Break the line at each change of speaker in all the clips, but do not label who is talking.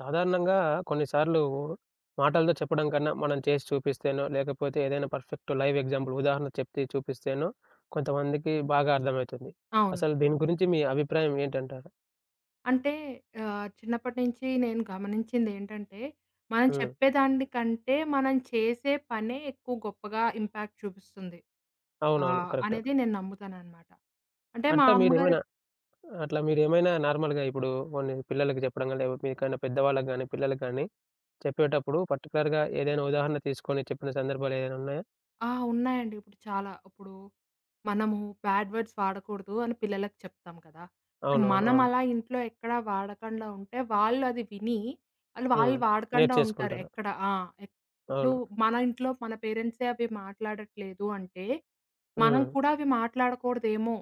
సాధారణంగా కొన్నిసార్లు మాటలతో చెప్పడం కన్నా, మనం చేసి చూపిస్తేనో, లేకపోతే ఏదైనా పర్ఫెక్ట్ లైవ్ ఎగ్జాంపుల్ ఉదాహరణ చెప్తే చూపిస్తేనో, కొంతమందికి బాగా అర్థమవుతుంది.
అవును.
అసలు దీని గురించి మీ అభిప్రాయం ఏంటంటారు?
అంటే చిన్నప్పటి నుంచి నేను గమనించిందేంటంటే, మనం
హ్మ్.
చెప్పేదానికంటే మనం చేసే పనే ఎక్కువ గొప్పగా ఇంపాక్ట్ చూపిస్తుంది.
అవునవును. కరెక్ట్.
అనేది నేను నమ్ముతాననమాట. అంటే మా
అట్టా
అమ్మగారు.
మీరేమైనా అట్లా మీరేమైనా నార్మల్‌గా ఇప్పుడు కొన్ని పిల్లలకి చెప్పడం గాని, లేకపోతే మీకన్నా పెద్దవాళ్ళకి గాని, పిల్లలకి గాని చెప్పేటప్పుడు పర్టిక్యులర్‌గా ఏదైనా ఉదాహరణ తీసుకొని చెప్పిన సందర్భాలు ఏదైనా ఉన్నాయా?
ఆ! ఉన్నాయండి. ఇప్పుడు చాలా. ఇప్పుడు మనము బ్యాడ్ వర్డ్స్ వాడకూడదు అని పిల్లలకి చెప్తాం కదా! ఇప్పుడు
అవునవును.
మనం
అవును.
అలా ఇంట్లో ఎక్కడ వాడకండా ఉంటే వాళ్ళు అది విని వాళ్ళు
హ్మ్.
వాడకండా ఉంటారు.
నేర్చేసుకుంటారు.
ఎక్కడ ఆ! ఎక్ ఇప్పుడు
అవును.
మన ఇంట్లో మన పేరెంట్సే అవి మాట్లాడట్లేదు అంటే, మనం
హ్మ్.
కూడా అవి మాట్లాడకూడదేమో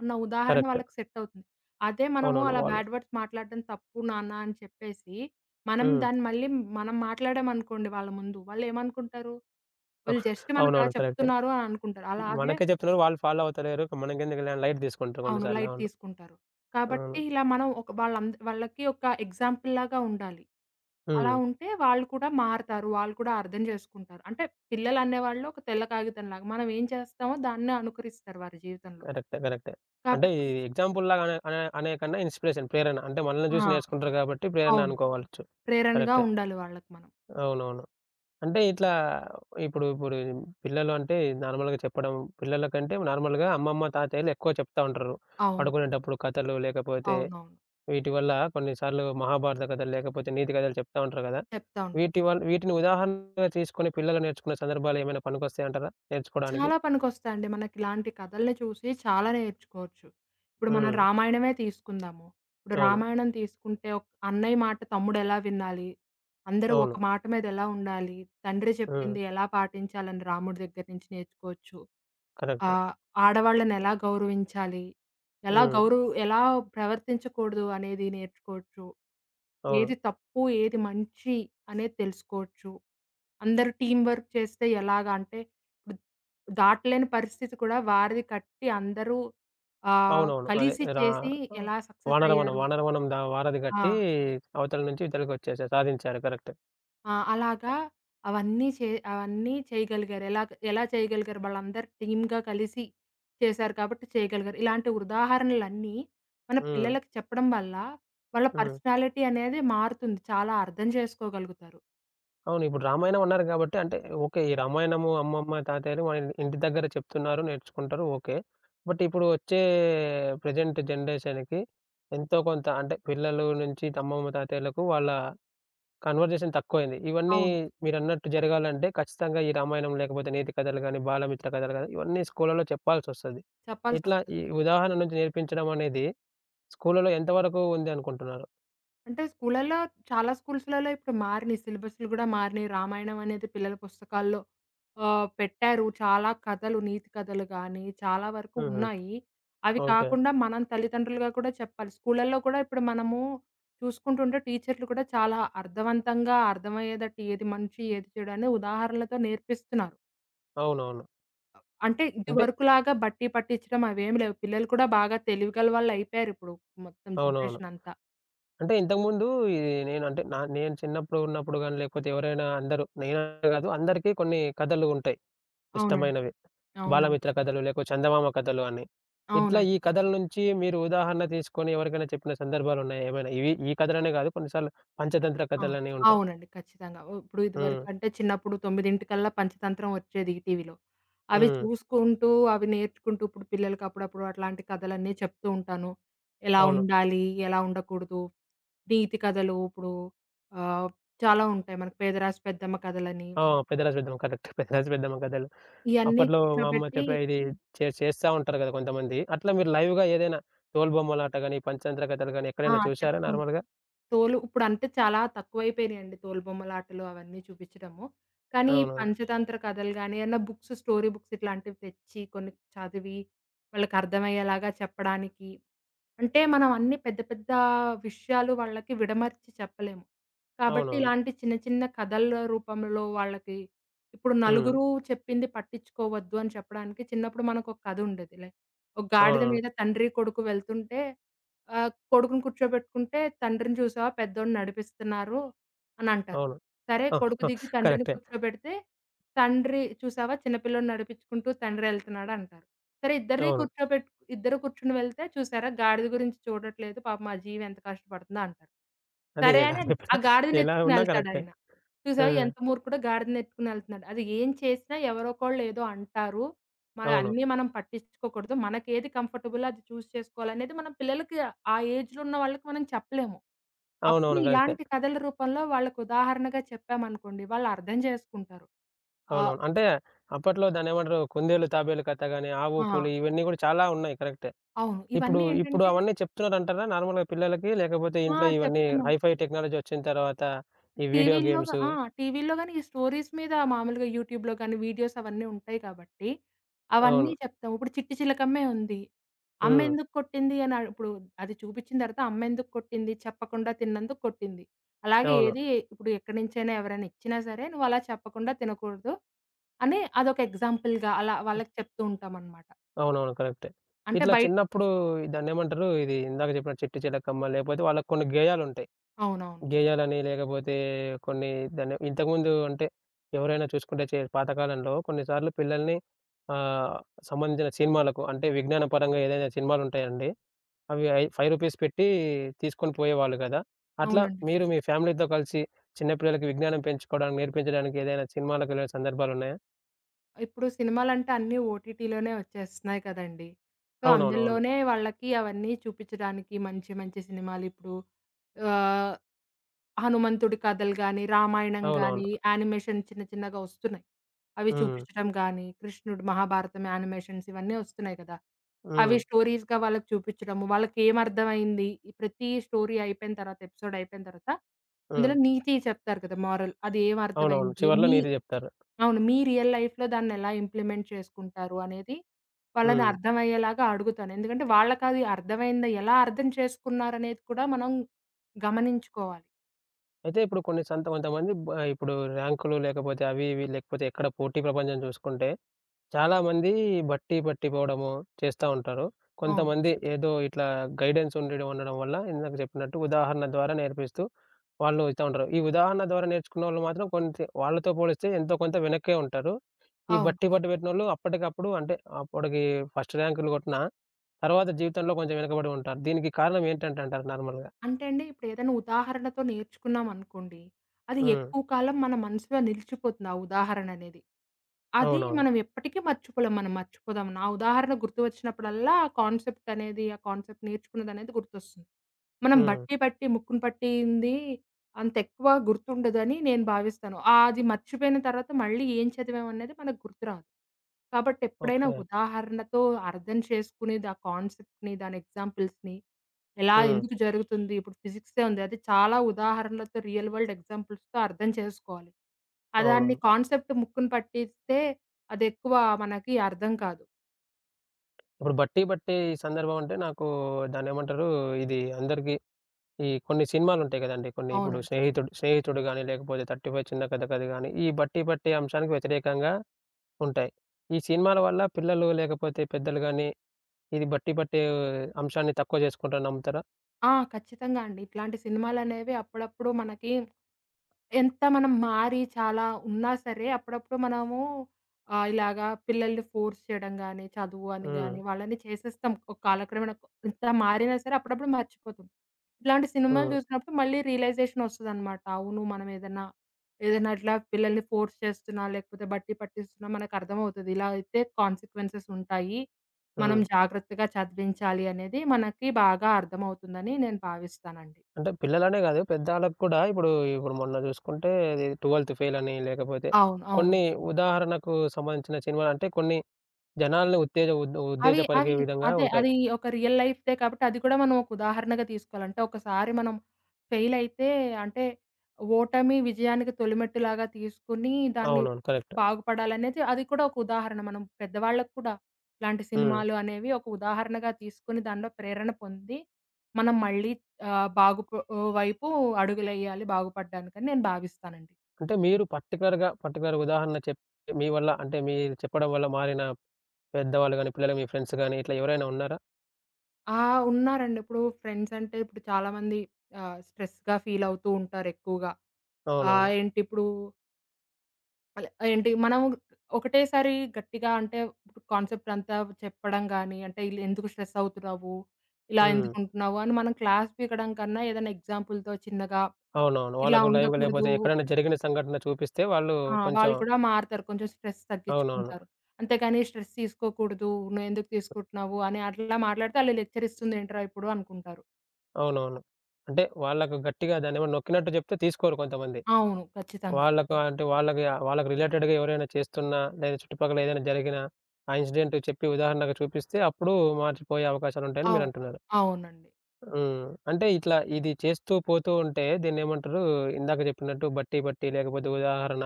అన్న ఉదాహరణ
కరెక్ట్.
వాళ్ళకి సెట్ అవుతుంది. అదే మనము
అవునవును.
అలా
వాళ్ళు
బ్యాడ్ వర్డ్స్ మాట్లాడడం తప్పు నాన్న అని చెప్పేసి, మనం
హ్మ్.
దాన్ని మళ్ళీ మనం మాట్లాడామనుకోండి వాళ్ళ ముందు వాళ్ళేమనుకుంటారు? వీళ్ళు జస్ట్ మనకలా
అవునవును. కరెక్టే.
చెప్తున్నారు అని అనుకుంటారు. అలాగే
మనకే చెప్తున్నారు. వాళ్ళు ఫాలో అవుతలేరు. మనకెందుకులే అని లైట్ తీసుకుంటారు కొన్ని
అవును.
సార్లు.
లైట్
అవును.
తీసుకుంటారు. కాబట్టి
అవును.
ఇలా మనం ఒక వాళ్ళంద వాళ్ళకి ఒక ఎగ్జాంపుల్‌లాగా ఉండాలి. అలా
హ్మ్.
ఉంటే వాళ్ళు కూడా మారతారు. వాళ్ళు కూడా అర్థం చేసుకుంటారు. అంటే పిల్లలనేవాళ్ళు ఒక తెల్ల కాగితంలాగా. మనం ఏం చేస్తామో దాన్నే అనుకరిస్తారు వారి జీవితంలో.
కరెక్టే. కరెక్టే. అంటే ఈ
కాబట్టి
ఎగ్జాంపుల్‌లాగా అనే అనే అనే కన్నా ఇన్‌స్పిరేషన్, ప్రేరణ. అంటే మనల్ని చూసి
ఆ!
నేర్చుకుంటారు కాబట్టి ప్రేరణ
అవును.
అనుకోవచ్చు.
ప్రేరణగా
కరెక్టే.
ఉండాలి వాళ్ళకి మనం.
అవునవును. అంటే ఇట్లా ఇప్పుడు పిల్లలు అంటే నార్మల్‌గా చెప్పడం పిల్లలకంటే నార్మల్‌గా అమ్మమ్మ, తాతయ్యలు ఎక్కువ చెప్తా ఉంటారు.
అవును.
పడుకునేటప్పుడు కథలు లేకపోతే
అవునవును.
వీటి వల్ల కొన్నిసార్లు మహాభారత కథలు లేకపోతే నీతి కథలు చెప్తా ఉంటారు కదా!
చెప్తా ఉంటాను.
వీటిని ఉదాహరణగా తీసుకొని పిల్లలు నేర్చుకునే సందర్భాలు ఏమైనా పనికొస్తాయంటారా? నేర్చుకోడానికి?
చాలా పనికొస్తాయండి. మనకిలాంటి కథల్ని చూసి చాలా నేర్చుకోవచ్చు. ఇప్పుడు మనం
హ్మ్.
రామాయణమే తీసుకుందాము. ఇప్పుడు
అవును.
రామాయణం తీసుకుంటే అన్నయ్య మాట తమ్ముడెలా వినాలి? అందరూ ఒక
అవును.
మాట మీద ఎలా ఉండాలి? తండ్రి
హ్మ్.
చెప్పింది ఎలా పాటించాలని రాముడి దగ్గర నుంచి నేర్చుకోవచ్చు.
కరెక్ట్.
ఆహ్, ఆడవాళ్ళనెలా గౌరవించాలి?
హ్మ్.
ఎలా ప్రవర్తించకూడదు అనేది నేర్చుకోవచ్చు.
అవును.
ఏది తప్పు, ఏది మంచి అనేది తెలుసుకోవచ్చు. అందరూ టీమ్ వర్క్ చేస్తే ఎలాగా అంటే, ఇప్పుడు దాటలేని పరిస్థితి కూడా వారిది కట్టి అందరూ
అవునవును. అదే
కలిసి
రా
చేసి ఎలా సక్సెస్
వానరవనం,
అయ్యారు.
వానరవనం వారధి
ఆ!
కట్టి అవతల నుంచి ఇవతలకొచ్చేసారు. సాధించారు. కరెక్ట్.
ఆ! అలాగా అవన్నీ చేయగలిగారు. ఎలా చేయగలిగారు? వాళ్ళందరూ టీమ్‌గా కలిసి చేశారు కాబట్టి చేయగలిగారు. ఇలాంటి ఉదాహరణలన్నీ మన
హ్మ్.
పిల్లలకి చెప్పడం వల్ల, వాళ్ళ
హ్మ్.
పర్సనాలిటీ అనేది మారుతుంది. చాలా అర్థం చేసుకోగలుగుతారు.
అవును. ఇప్పుడు రామాయణం అన్నారు గాబట్టి అంటే ఓకే. ఈ రామాయణము అమ్మమ్మ, తాతయ్యలు మన ఇంటి దగ్గర చెప్తున్నారు, నేర్చుకుంటారు ఓకే. బట్ ఇప్పుడు వచ్చే ప్రెజెంట్ జనరేషన్‌కి ఎంతో కొంత అంటే పిల్లలు నుంచి అమ్మమ్మ, తాతయ్యలకు వాళ్ళ కన్వర్జేషన్ తక్కువైంది. ఇవన్నీ
అవును.
మీరన్నట్టు జరగాలంటే ఖచ్చితంగా ఈ రామాయణం లేకపోతే నీతి కథలు గాని, బాలమిత్ర కథలు గాని ఇవన్నీ స్కూళ్ళలో చెప్పాల్సొస్తది. ఇట్లా
చెప్పాల్సొస్తది.
ఈ ఉదాహరణ నుంచి నేర్పించడం అనేది స్కూళ్ళలో ఎంతవరకు ఉంది అనుకుంటున్నారు?
అంటే స్కూలల్లో చాలా స్కూల్స్‌లలో ఇప్పుడు మారినియి. సిలబస్‌లు గూడా మారినియి. రామాయణం అనేది పిల్లల పుస్తకాల్లో పెట్టారు. చాలా కథలు, నీతి కథలు గానీ, చాలా వరకు
హుహు.
ఉన్నాయి. అవి
ఓకే.
కాకుండా మనం తల్లిదండ్రులుగా కూడా చెప్పాలి. స్కూలల్లో కూడా ఇప్పుడు మనము చూసుకుంటుంటే టీచర్లు కూడా చాలా అర్థవంతంగా, అర్థమయ్యేదట్టు ఏది మంచి, ఏది చెడు అని ఉదాహరణలతో నేర్పిస్తున్నారు.
అవునవును.
అంటే
అంటే
ఇదివరకులాగా బట్టి పట్టించడం అవేమి లేవు. పిల్లలు కూడా బాగా తెలివిగల వాళ్ళయిపోయారిప్పుడు మొత్తం
అవునవును.
జనరేషనంతా.
అంటే ఇంతకుముందు ఇది నేను అంటే నేను చిన్నప్పుడు ఉన్నప్పుడు గాని, లేకపోతే ఎవరైనా అందరూ నేననే గాదు అందరికీ కొన్ని కథలు ఉంటాయి
అవునండి.
ఇష్టమైనవి.
అవునవును.
బాలమిత్ర కథలు, లేకపోతే చందమామ కథలు అని. ఇట్లా
అవునండి.
ఈ కథల నుంచి మీరు ఉదాహరణ తీసుకొని ఎవరికైనా చెప్పిన సందర్భాలున్నాయా ఏమైనా? ఇవి ఈ కథలనే గాదు కొన్నిసార్లు పంచతంత్ర
అవును.
కథలని ఉంటాయి.
అవునండి. ఖచ్చితంగా. ఓ ఇప్పుడు ఇదివరకు
హ్మ్.
అంటే చిన్నప్పుడు 9:00కల్లా పంచతంత్రం వచ్చేది ఈటీవీలో. అవి
హ్మ్.
చూసుకుంటూ, అవి నేర్చుకుంటూ ఇప్పుడు పిల్లలకి అప్పుడప్పుడు అట్లాంటి కథలన్నీ చెప్తూ ఉంటాను. ఎలా
అవును.
ఉండాలి, ఎలా ఉండకూడదు, నీతి కథలు ఇప్పుడు ఆహ్, చాలా ఉంటాయి. మనకు పేదరాశి పెద్దమ్మ కథలని
ఆ! పెద్దరాజు పెద్దమ్మ కరెక్ట్. పెద్దరాజు పెద్దమ్మ కథలు.
ఇయన్నీ
అప్పట్లో మా అమ్మ
కూర్చోబెట్టి
చెప్పే ఇది చేస్తా ఉంటారు గదా కొంతమంది. అట్లా మీరు లైవ్‌గా ఏదైనా తోలుబొమ్మలాట గాని, పంచతంత్ర కథలు గాని
ఆ!
ఎక్కడైనా చూసారా
చెప్తూ
నార్మల్‌గా?
ఇప్పుడంటే చాలా తక్కువైపోయినాయండి తోలుబొమ్మలాటలు అవన్నీ చూపిచ్చడము. కానీ ఈ
అవునవును.
పంచతంత్ర కథలు గాని, ఏమన్నా స్టోరీ బుక్స్ ఇట్లాంటివి తెచ్చి కొన్ని చదివి వాళ్ళకర్థమయ్యేలాగా చెప్పడానికి అంటే మనం అన్ని పెద్ద పెద్ద విషయాలు వాళ్ళకి విడమర్చి చెప్పలేము. కాబట్టి
అవునవును.
ఇలాంటి చిన్న చిన్న కథల రూపంలో వాళ్ళకి ఇప్పుడు
హ్మ్.
నలుగురు చెప్పింది పట్టించుకోవద్దు అని చెప్పడానికి చిన్నప్పుడు మనకొక కథ ఉండేది. లైక్, ఒక గాడిద
అవునవును.
మీద తండ్రి, కొడుకు వెళ్తుంటే కొడుకుని కూర్చోబెట్టుకుంటే తండ్రిని చూసావా పెద్దోడిని నడిపిస్తున్నారు అని అంటారు.
అవును.
సరే
అవును.
కొడుకు దిగి తండ్రిని
కరెక్టే.
కూర్చోబెడితే తండ్రి చూసావా చిన్న పిల్లోడిని నడిపించుకుంటూ తండ్రి ఎళ్తున్నాడు అంటారు. సరే ఇద్దరిని
అవును.
కూర్చోబెట్ ఇద్దరు కూర్చొని వెళ్తే చూసారా గాడిద గురించి చూడట్లేదు. పాపం ఆ జీవి ఎంత కష్టపడుతుందో అంటారు.
అదే
సరే
ఎలా
అని ఆ
చెప్పినా ఎలా
గాడిదనెత్తుకొని
ఉన్నా కరెక్టే.
ఎళ్తాడాయన. చూసావా
హ్మ్.
ఎంత మూర్ఖుడో గాడిదనెత్తుకొనెళ్తున్నాడు. అది ఏం చేసినా ఎవరో ఒకళ్ళు ఏదో అంటారు. మన
అవును.
అన్నీ మనం పట్టించుకోకూడదు. మనకేది కంఫర్టబులో అది చేసుకోవాలనేది మనం పిల్లలకి ఆ ఏజ్‌లో ఉన్న వాళ్ళకి మనం చెప్పలేము. అప్పుడు
అవునవును. కరెక్టే.
ఇలాంటి కథల రూపంలో వాళ్ళకి ఉదాహరణగా చెప్పామనుకోండి వాళ్ళు అర్థం చేసుకుంటారు. ఆహ్,
అవునవును. అంటే అప్పట్లో దాన్నేమంటారు? కుందేలు తాబేలు కథ గాని, ఆవు,
ఆ!
పులి ఇవన్నీ గూడా చాలా ఉన్నాయి. కరెక్టే.
అవును.
ఇప్పుడు
ఇవన్నీ
ఇప్పుడు
ఏంటంటే
అవన్నీ చెప్తున్నారంటారా? నార్మల్‌గా పిల్లలకి లేకపోతే
ఆ!
ఇంట్లో ఇవన్నీ
చెప్తున్నాం.
హైఫై టెక్నాలజీ వచ్చిన తర్వాత ఈ వీడియో
టీవీల్లో గా
గేమ్స్
ఆ! టీవీల్లో గాని ఈ స్టోరీస్ మీద మామూలుగా యూట్యూబ్‌లో గాని వీడియోస్ అవన్నీ ఉంటాయి కాబట్టి, అవన్నీ
అవును.
చెప్తాం. ఇప్పుడు 'చిట్టి చిలకమ్మే' ఉంది.
హ్మ్.
అమ్మెందుకు కొట్టింది అని అడు ఇప్పుడు అది చూపించిన తర్వాత అమ్మెందుకు కొట్టింది, చెప్పకుండా తిన్నందుకు కొట్టింది. అలాగే
అవును.
ఏది ఇప్పుడు ఎక్కడి నుంచైనా ఎవరైనా ఇచ్చినా సరే, నువ్వు అలా చెప్పకుండా తినకూడదు అని అదొక ఎగ్జాంపుల్‌గా అలా వాళ్ళకి చెప్తూ ఉంటామనమాట.
అవునవును. కరెక్టే.
అంటే
ఇట్లా
బయట
చిన్నప్పుడు దాన్నేమంటారు? ఇది ఇందాక చెప్పిన చిట్టి చిలకమ్మ లేకపోతే వాళ్ళకి కొన్ని గేయాలుంటాయి.
అవునవును.
గేయాలని లేకపోతే కొన్ని దాన్ని ఇంతకుముందు అంటే ఎవరైనా చూసుకుంటే చే పాతకాలంలో కొన్నిసార్లు పిల్లల్ని ఆహ్, సంబంధించిన సినిమాలకు అంటే విజ్ఞానపరంగా ఏదైనా సినిమాలుంటాయండి. అవి ఐ రూ. 5 పెట్టి తీసుకొని పోయేవాళ్ళు గదా! అట్లా
అవునండి.
మీరు మీ ఫ్యామిలీతో కలిసి చిన్న పిల్లలకి విజ్ఞానం పెంచుకోవడానికి, నేర్పించడానికి ఏదైనా సినిమాలకెళ్ళిన సందర్భాలున్నాయా?
ఇప్పుడు సినిమాలంటే అన్నీ ఓటీటీలోనే వచ్చేస్తున్నాయి కదండీ. సో,
అవునవునవును.
అందులోనే వాళ్ళకి అవన్నీ చూపిచ్చడానికి మంచి మంచి సినిమాలిప్పుడు ఆహ్, 'హనుమంతుడి కథలు' గాని, 'రామాయణం'
అవునవును.
గాని, యానిమేషన్ చిన్న చిన్నగా వస్తున్నాయి. అవి
హ్మ్.
చూపిచ్చడం గాని, 'కృష్ణుడు', 'మహాభారతం' యానిమేషన్స్ ఇవన్నీ వస్తున్నాయి కదా! అవి
హ్మ్.
స్టోరీస్‌గా వాళ్ళకి చూపిచ్చడము, వాళ్ళకేమర్థమైంది, ఈ ప్రతి స్టోరీ అయిపోయిన తర్వాత, ఎపిసోడ్ అయిపోయిన తర్వాత
హ్మ్.
అందులో నీతి చెప్తారు కదా! మోరల్. అది
అవునవును.
ఏమర్థమైంది,
చివర్లో
మీ
నీతి జెప్తారు.
అవును. మీ రియల్ లైఫ్‌లో దాన్నెలా ఇంప్లిమెంట్ చేసుకుంటారు అనేది వాళ్ళని
హ్మ్.
అర్థమయ్యేలాగా అడుగుతాను. ఎందుకంటే వాళ్ళకది అర్థమైందా, ఎలా అర్థం చేసుకున్నారనేది కూడా మనం గమనించుకోవాలి.
అయితే ఇప్పుడు కొన్ని కొంతమంది ఇప్పుడు ర్యాంకులు లేకపోతే అవి, ఇవి లేకపోతే ఎక్కడ పోటీ ప్రపంచం చూసుకుంటే చాలామంది బట్టి పట్టిపోవడము చేస్తా ఉంటారు.
అవును.
కొంతమంది ఏదో ఇట్లా గైడెన్స్ ఉండడం ఉండడం వల్ల ఇందాక చెప్పినట్టు ఉదాహరణ ద్వారా నేర్పిస్తూ వాళ్ళు ఇస్తా ఉంటారు. ఈ ఉదాహరణ ద్వారా నేర్చుకున్నోళ్ళు మాత్రం కొంచెం వాళ్ళతో పోలిస్తే ఎంతో కొంత వెనక్కే ఉంటారు. ఈ
అవును.
బట్టి పట్టి పెట్టినోళ్ళు అప్పటికప్పుడు అంటే అప్పటికి ఫస్ట్ ర్యాంకులు కొట్టినా తర్వాత జీవితంలో కొంచెం వెనకబడి ఉంటారు. దీనికి కారణం ఏంటంటే అంటారు నార్మల్‌గా?
అంటే అండి, ఇప్పుడేదైనా ఉదాహరణతో నేర్చుకున్నామనుకోండి, అది
హ్మ్.
ఎక్కువ కాలం మన మనసులో నిలిచిపోతుంది ఆ ఉదాహరణ అనేది. అది
అవునవును.
మనం ఎప్పటికీ మర్చిపోలేం. మనం మర్చిపోదాం. నా ఉదాహరణ గుర్తు వచ్చినప్పుడల్లా ఆ కాన్సెప్ట్ అనేది, ఆ కాన్సెప్ట్ నేర్చుకున్నదనేది గుర్తొస్తుంది. మనం
హ్మ్.
బట్టి పట్టి, ముక్కున పట్టింది అంత ఎక్కువ గుర్తుండదని నేను భావిస్తాను. అది మర్చిపోయిన తర్వాత మళ్ళీ ఏం చదివామనేది మనకు గుర్తురాదు. కాబట్టి ఎప్పుడైనా
ఓకే.
ఉదాహరణతో అర్థం చేసుకునేది ఆ కాన్సెప్ట్‌ని, దాని ఎగ్జాంపుల్స్‌ని ఎలా,
హ్మ్.
ఎందుకు జరుగుతుంది? ఇప్పుడు ఫిజిక్సే ఉంది. అది చాలా ఉదాహరణలతో రియల్ వరల్డ్ ఎగ్జాంపుల్స్‌తో అర్థం చేసుకోవాలి. ఆ దాన్ని
అవునవును.
కాన్సెప్ట్ ముక్కున పట్టిస్తే అదెక్కువ మనకి అర్థం కాదు.
ఇప్పుడు బట్టి బట్టి ఈ సందర్భం అంటే నాకు దాన్నేమంటారు? ఇది అందరికి ఈ కొన్ని సినిమాలుంటాయి గదండీ! కొన్ని ఇప్పుడు
అవునండి.
స్నేహితుడు, 'స్నేహితుడు' గాని లేకపోతే 35 చిన్న కథ కథ' గాని ఈ బట్టి బట్టి అంశానికి వ్యతిరేకంగా ఉంటాయి. ఈ సినిమాల వల్ల పిల్లలు లేకపోతే పెద్దలు గాని ఇది బట్టే అంశాన్ని తక్కువ జేసుకుంటారని నమ్ముతారా?
ఆ! ఖచ్చితంగా అండి. ఇట్లాంటి సినిమాలనేవి అప్పుడప్పుడు మనకి ఎంత మనం మారి చాలా ఉన్నా సరే, అప్పుడప్పుడు మనము ఇలాగా పిల్లల్ని ఫోర్స్ చేయడం గాని, చదువు అని
హ్మ్.
గాని వాళ్ళని చేసేస్తాం. ఒక కాలక్రమేణా ఇంత మారినా సరే అప్పుడప్పుడు మర్చిపోతాం. ఇలాంటి సినిమాలు
హ్మ్.
చూసినప్పుడు మళ్ళీ రియలైజేషన్ ఒస్తదనమాట. అవును. మనం ఏదన్నా, ఏదైనా ఇట్లా పిల్లల్ని ఫోర్స్ చేస్తున్నా, లేకపోతే బట్టి పట్టిస్తున్నా మనకర్థమవుతది. ఇలా అయితే కాన్సిక్వెన్సెస్ ఉంటాయి. మనం
హ్మ్.
జాగ్రత్తగా చదివించాలి అనేది మనకి బాగా అర్థమవుతుందని నేను భావిస్తానండి.
అంటే పిల్లలనే గాదు పెద్దాళ్ళకి కూడా ఇప్పుడు మొన్న జూసుకుంటే ఇది 12థ్ ఫెయిల్ అని లేకపోతే
అవును. అవును.
కొన్ని ఉదాహరణకు సంబంధించిన సినిమాలంటే కొన్ని జనాల్ని
అవి అవి
ఉత్తేజపరిగే విధంగా
అదే.
ఉంటాయి.
అది ఒక రియల్ లైఫ్‌దే కాబట్టి అది కూడా మనం ఒక ఉదాహరణగా తీసుకోవాలి. అంటే ఒకసారి మనం ఫెయిల్ అయితే అంటే ఓటమి విజయానికి తొలిమెట్టులాగా తీసుకొని దాన్ని
అవునవును. కరెక్ట్.
బాగుపడాలనేది అది కూడా ఒక ఉదాహరణ. మనం పెద్దవాళ్ళకి కూడా ఇలాంటి
హ్మ్.
సినిమాలు అనేవి ఒక ఉదాహరణగా తీసుకొని దానిలో ప్రేరణ పొంది మనం మళ్ళీ ఆహ్, బాగుప వైపు అడుగులెయ్యాలి బాగుపడ్డానికని నేను భావిస్తానండి.
అంటే మీరు పర్టిక్యులర్‌గా పర్టిక్యులర్ ఉదాహరణ మీ వల్ల అంటే మీరు చెప్పడం వల్ల మారిన పెద్దవాళ్ళు గాని, పిల్లలు మీ ఫ్రెండ్స్ గాని ఇట్లా ఎవరైనా ఉన్నారా?
ఆ! ఉన్నారండి. ఇప్పుడు ఫ్రెండ్స్ అంటే ఇప్పుడు చాలామంది స్ట్రెస్‌గా ఫీల్ అవుతూ ఉంటారు ఎక్కువగా. ఆహ్,
అవునవును.
ఏంటి ఇప్పుడు అల ఏంటి మనం ఒకటేసారి గట్టిగా అంటే ఇప్పుడు కాన్సెప్ట్ అంతా చెప్పడం గాని, అంటే ఇలా ఎందుకు స్ట్రెస్ అవుతున్నావు? ఇలా
హ్మ్.
ఎందుకుంటున్నావు? అని మనం క్లాస్ పీకడం కన్నా ఏదైనా ఎగ్జాంపుల్‌తో చిన్నగా
అవునవును.
ఇలా
వాళ్ళకు లైవ్‌గా
ఉండకూడదు.
లేపోతే ఎక్కడైనా జరిగిన సంఘటన చూపిస్తే వాళ్ళు
ఆ!
కొంచెం
వాళ్ళు కూడా మారతారు. కొంచెం స్ట్రెస్
అవునవును.
తగ్గించుకుంటారు. అంతేగాని స్ట్రెస్ తీసుకోకూడదు. నువ్వెందుకు తీసుకుంటున్నావు? అని అట్లా మాట్లాడితే ఆళ్ళు లెక్చర్ ఇస్తుందేంట్రా ఇప్పుడు అనుకుంటారు.
అవునవును. అంటే వాళ్ళకు గట్టిగా దాన్నేమో నొక్కినట్టు జెప్తే తీసుకోరు కొంతమంది.
అవును. ఖచ్చితంగా.
వాళ్ళకు అంటే వాళ్ళకి వాళ్ళకి రిలేటెడ్‌గా ఎవరైనా చేస్తున్నా, లేదా చుట్టుపక్కల ఏదైనా జరిగిన ఆ ఇన్సిడెంట్ చెప్పి ఉదాహరణకు చూపిస్తే, అప్పుడు మార్చిపోయే అవకాశాలుంటాయని
అవును.
మీరంటున్నారు.
అవునండి.
హ్మ్. అంటే ఇట్లా ఇది చేస్తూ పోతూ ఉంటే దీన్నేమంటారు? ఇందాక చెప్పినట్టు బట్టి బట్టి లేకపోతే ఉదాహరణ.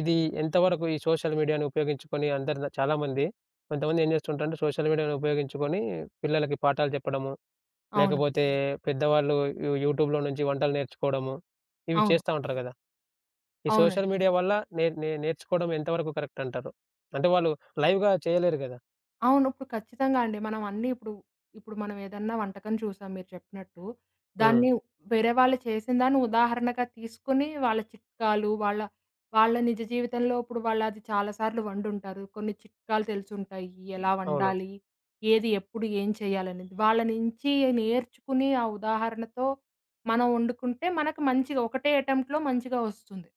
ఇది ఎంతవరకు ఈ సోషల్ మీడియాని ఉపయోగించుకొని అందరు చాలామంది కొంతమంది ఏం చేస్తుంటారంటే సోషల్ మీడియాను ఉపయోగించుకొని పిల్లలకి పాఠాలు చెప్పడము,
అవునండి.
లేకపోతే పెద్దవాళ్ళు యూట్యూబ్‌లో నుంచి వంటలు నేర్చుకోవడము, ఇవి
అవును.
చేస్తా ఉంటారు కదా! ఈ
అవునండి.
సోషల్ మీడియా వల్ల నే నే నేర్చుకోవడం ఎంతవరకు కరెక్ట్ అంటారు? అంటే వాళ్ళు లైవ్‌గా చేయలేరు గదా!
అవును. ఇప్పుడు ఖచ్చితంగా అండి. మనం అన్నీ ఇప్పుడు, ఇప్పుడు మనం ఏదన్నా వంటకం చూసాం మీరు చెప్పినట్టు.
హ్మ్.
దాన్ని వేరే వాళ్ళు చేసిన దాన్ని ఉదాహరణగా తీసుకొని వాళ్ళ చిట్కాలు, వాళ్ళ వాళ్ళ నిజ జీవితంలో ఇప్పుడు వాళ్ళది చాలా సార్లు వండుంటారు. కొన్ని చిట్కాలు తెలిసుంటాయి. ఎలా
అవును.
వండాలి? ఏది ఎప్పుడు ఏం చేయాలనేది. వాళ్ళ నుంచి నేర్చుకుని ఆ ఉదాహరణతో మనం వండుకుంటే మనకు మంచిగా ఒకటే అటెంప్ట్‌లో మంచిగా వస్తుంది.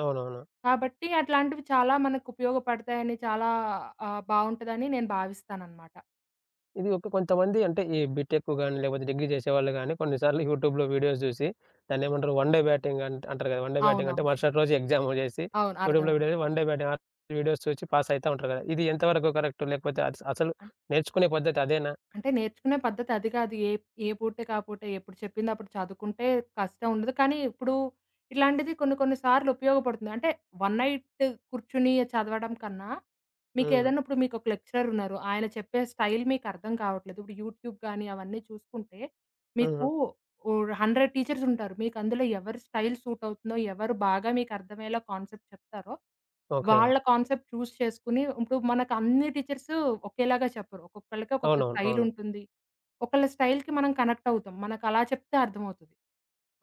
అవునవును.
కాబట్టి అట్లాంటివి చాలా మనకు ఉపయోగపడతాయని చాలా బావుంటదని నేను భావిస్తాననమాట.
ఇది ఒక కొంతమంది అంటే ఈ బీటెక్ గాని, లేకపోతే డిగ్రీ చేసేవాళ్ళు గాని, కొన్ని సార్లు యూట్యూబ్‌లో వీడియోస్ జూసి దాన్నేమంటారు వన్ డే బ్యాటింగ్ అంటారు గదా! వన్ డే బ్యాటింగ్ అంటే
అవునవును.
మరుసటి రోజు ఎగ్జామ్ చేసి
అవును.
యూట్యూబ్‌లో
అర్థమైంది.
వీడియో వన్
అవును.
డే బ్యాటింగ్ వీడియోస్ చూసి పాస్ అయితా ఉంటారు గదా! ఇది ఎంతవరకు కరెక్ట్? లేకపోతే అసలు
అన్
నేర్చుకునే పద్ధతి అదేనా?
అంటే నేర్చుకునే పద్ధతి అది కాదు. ఏ ఏ పూటకి ఆ పూటే ఎప్పుడు చెప్పింది అప్పుడు చదువుకుంటే కష్టం ఉండదు. కానీ ఇప్పుడు ఇలాంటిది కొన్ని కొన్ని సార్లు ఉపయోగపడుతుంది. అంటే వన్ నైట్ కూర్చొని చదవడం కన్నా
హ్మ్.
మీకేదైనా ఇప్పుడు మీకొక లెక్చరర్ ఉన్నారు. ఆయన చెప్పే స్టైల్ మీకర్థం కావట్లేదు. ఇప్పుడు యూట్యూబ్ గానీ అవన్నీ చూసుకుంటే మీకు
హ్మ్.
ఓ 100 టీచర్స్ ఉంటారు. మీకు అందులో ఎవరి స్టైల్ సూట్ అవుతుందో, ఎవరు బాగా మీకర్థమయ్యేలా కాన్సెప్ట్ చెప్తారో
ఓకే.
వాళ్ళ కాన్సెప్ట్ చూజ్ చేసుకొని ఇప్పుడు మనకు అన్ని టీచర్స్ ఒకేలాగా చెప్పరు. ఒక్కొక్కళ్ళకి ఒక్కొక్క
అవునవును.
స్టైల్
అవును.
ఉంటుంది. ఒకళ్ళ స్టైల్‌కి మనం కనెక్ట్ అవుతాం. మనకు అలా చెప్తే అర్థమవుతది.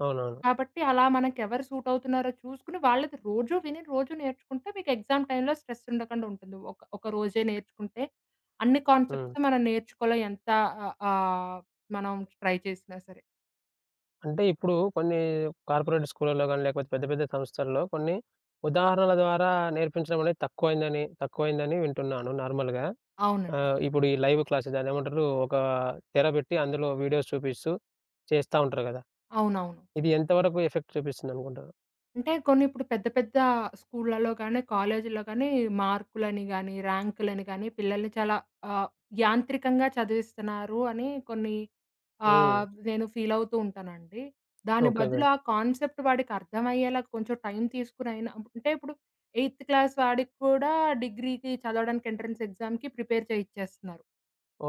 అవునవును.
కాబట్టి అలా మనకు ఎవరు సూట్ అవుతున్నారో చూసుకొని వాళ్ళది రోజు విని, రోజు నేర్చుకుంటే మీకు ఎగ్జామ్ టైమ్‌లో స్ట్రెస్ ఉండకుండా ఉంటుంది. ఒక ఒక రోజే నేర్చుకుంటే అన్ని
హ్మ్.
కాన్సెప్ట్స్ మనం నేర్చుకోలే ఎంత ఆహ్, ఆహ్, మనం ట్రై చేసినా సరే.
అంటే ఇప్పుడు కొన్ని కార్పొరేట్ స్కూళ్ళలో గాని, లేకపోతే పెద్ద పెద్ద సంస్థల్లో కొన్ని ఉదాహరణల ద్వారా నేర్పించడం అనేది తక్కువైందని వింటున్నాను నార్మల్‌గా.
అవునండి.
ఆహ్, ఇప్పుడు ఈ లైవ్ క్లాసెస్ దాన్నేమంటారు ఒక తెర పెట్టి అందులో వీడియోస్ చూపిస్తూ చేస్తా ఉంటారు గదా!
అవునవును.
ఇది ఎంతవరకు ఎఫెక్ట్ చూపిస్తుందనుకుంటారు?
అంటే కొన్ని ఇప్పుడు పెద్ద పెద్ద స్కూళ్ళలో గానీ, కాలేజీల్లో గానీ మార్కులని గానీ, ర్యాంకులని గానీ పిల్లల్ని చాలా ఆహ్, యాంత్రికంగా చదివిస్తున్నారు అని కొన్ని
హ్మ్.
నేను ఫీల్ అవుతూ ఉంటానండి. దాని
ఓకే. ఓకే.
బదులు ఆ కాన్సెప్ట్ వాడికి అర్థమయ్యేలా కొంచెం టైం తీసుకొనైనా అంటే ఇప్పుడు ఎయిత్ క్లాస్ వాడికి కూడా డిగ్రీకి చదవడానికి ఎంట్రన్స్ ఎగ్జామ్‌కి ప్రిపేర్ చేయిచ్చేస్తున్నారు.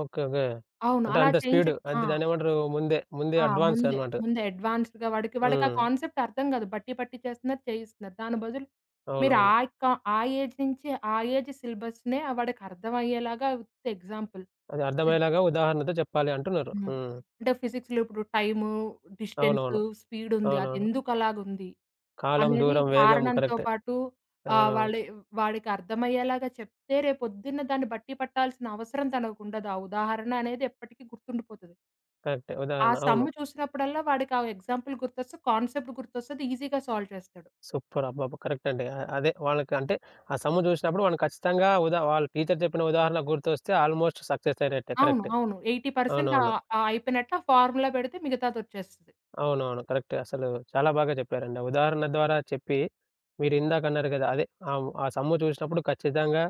ఓకే. ఓకే.
అవును.
అంటే
అలా
అంత స్పీడ్
చేయించడం ఆ!
అంటే దాన్నేమంటారు ముందే
ఆ!
అడ్వాన్స్
ముందే.
అన్నమాట.
ముందే అడ్వాన్స్‌డ్‌గా వాడికి ఆ
హ్మ్.
కాన్సెప్ట్ అర్థం కాదు. బట్టి పట్టిచ్చేస్తున్నారు, చేయిస్తున్నారు. దాని బదులు మీరు ఆ
అవునవును.
యొక్క ఆ ఏజ్ నుంచి ఆ ఏజ్ సిలబస్‌నే వాడికి అర్థమయ్యేలాగా విత్ ఎగ్జాంపుల్.
అది
ఫిజ్
అర్థమయ్యేలాగా ఉదాహరణతో చెప్పాలి అంటున్నారు.
హ్మ్.
హ్మ్.
అంటే ఫిజిక్స్‌లో ఇప్పుడు టైము, డిస్టెన్సు,
అవునవును.
స్పీడ్ ఉంది. అది
అవునవును.
ఎందుకు అలాగుంది
కాలం,
అనేది
దూరం, వేగం
కారణంతో
కరెక్టే.
పాటు ఆహ్,
అవునవును.
వాళ్ళి వాడికి అర్థమయ్యేలాగా చెప్తే రేపొద్దున్న దాన్ని బట్టి పట్టాల్సిన అవసరం తనకుండదు. ఆ ఉదాహరణ అనేది ఎప్పటికీ గుర్తుండిపోతది.
కరెక్టే.
ఆ
ఉదాహరణ.
సమ్
అవును.
చూసినప్పుడల్లా వాడికి ఆ ఎగ్జాంపుల్ గుర్తొస్తది. కాన్సెప్ట్ గుర్తొస్తది. ఈజీగా సాల్వ్ చేస్తాడు.
సూపర్! అబ్బబ్బా! కరెక్ట్ అండి. ఆహ్, అదే వాళ్ళకి అంటే ఆ సమ్ము చూసినప్పుడు మనం ఖచ్చితంగా వాళ్ళ టీచర్ చెప్పిన ఉదాహరణ గుర్తొస్తే ఆల్మోస్ట్ సక్సెస్ అయినట్టే.
అవును.
కరెక్టే.
అవును. 80%
అవునవును.
ఆహ్, ఆహ్, అయిపోయినట్టు ఆ ఫార్ములా పెడితే మిగతాదొచ్చేస్తది.
అవునవును. కరెక్టే. అసలు చాలా బాగా చెప్పారండి. ఆ ఉదాహరణ ద్వారా చెప్పి మీరిందాక అన్నారు కదా! అదే ఆహ్, ఆ సమ్ము చూసినప్పుడు ఖచ్చితంగా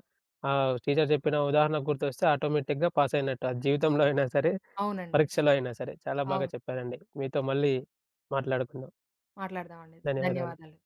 ఆహ్, టీచర్ చెప్పిన ఉదాహరణ గుర్తొస్తే ఆటోమేటిక్‌గా పాస్ అయినట్టు. అది జీవితంలో అయినా సరే,
అవునండి.
పరీక్షలో అయినా సరే. చాలా బాగా
అవును.
చెప్పారండి. మీతో మళ్ళీ మాట్లాడుకుందాం.
మాట్లాడదామండి.
ధన్యవాదాలు.
ధన్యవాదాలు.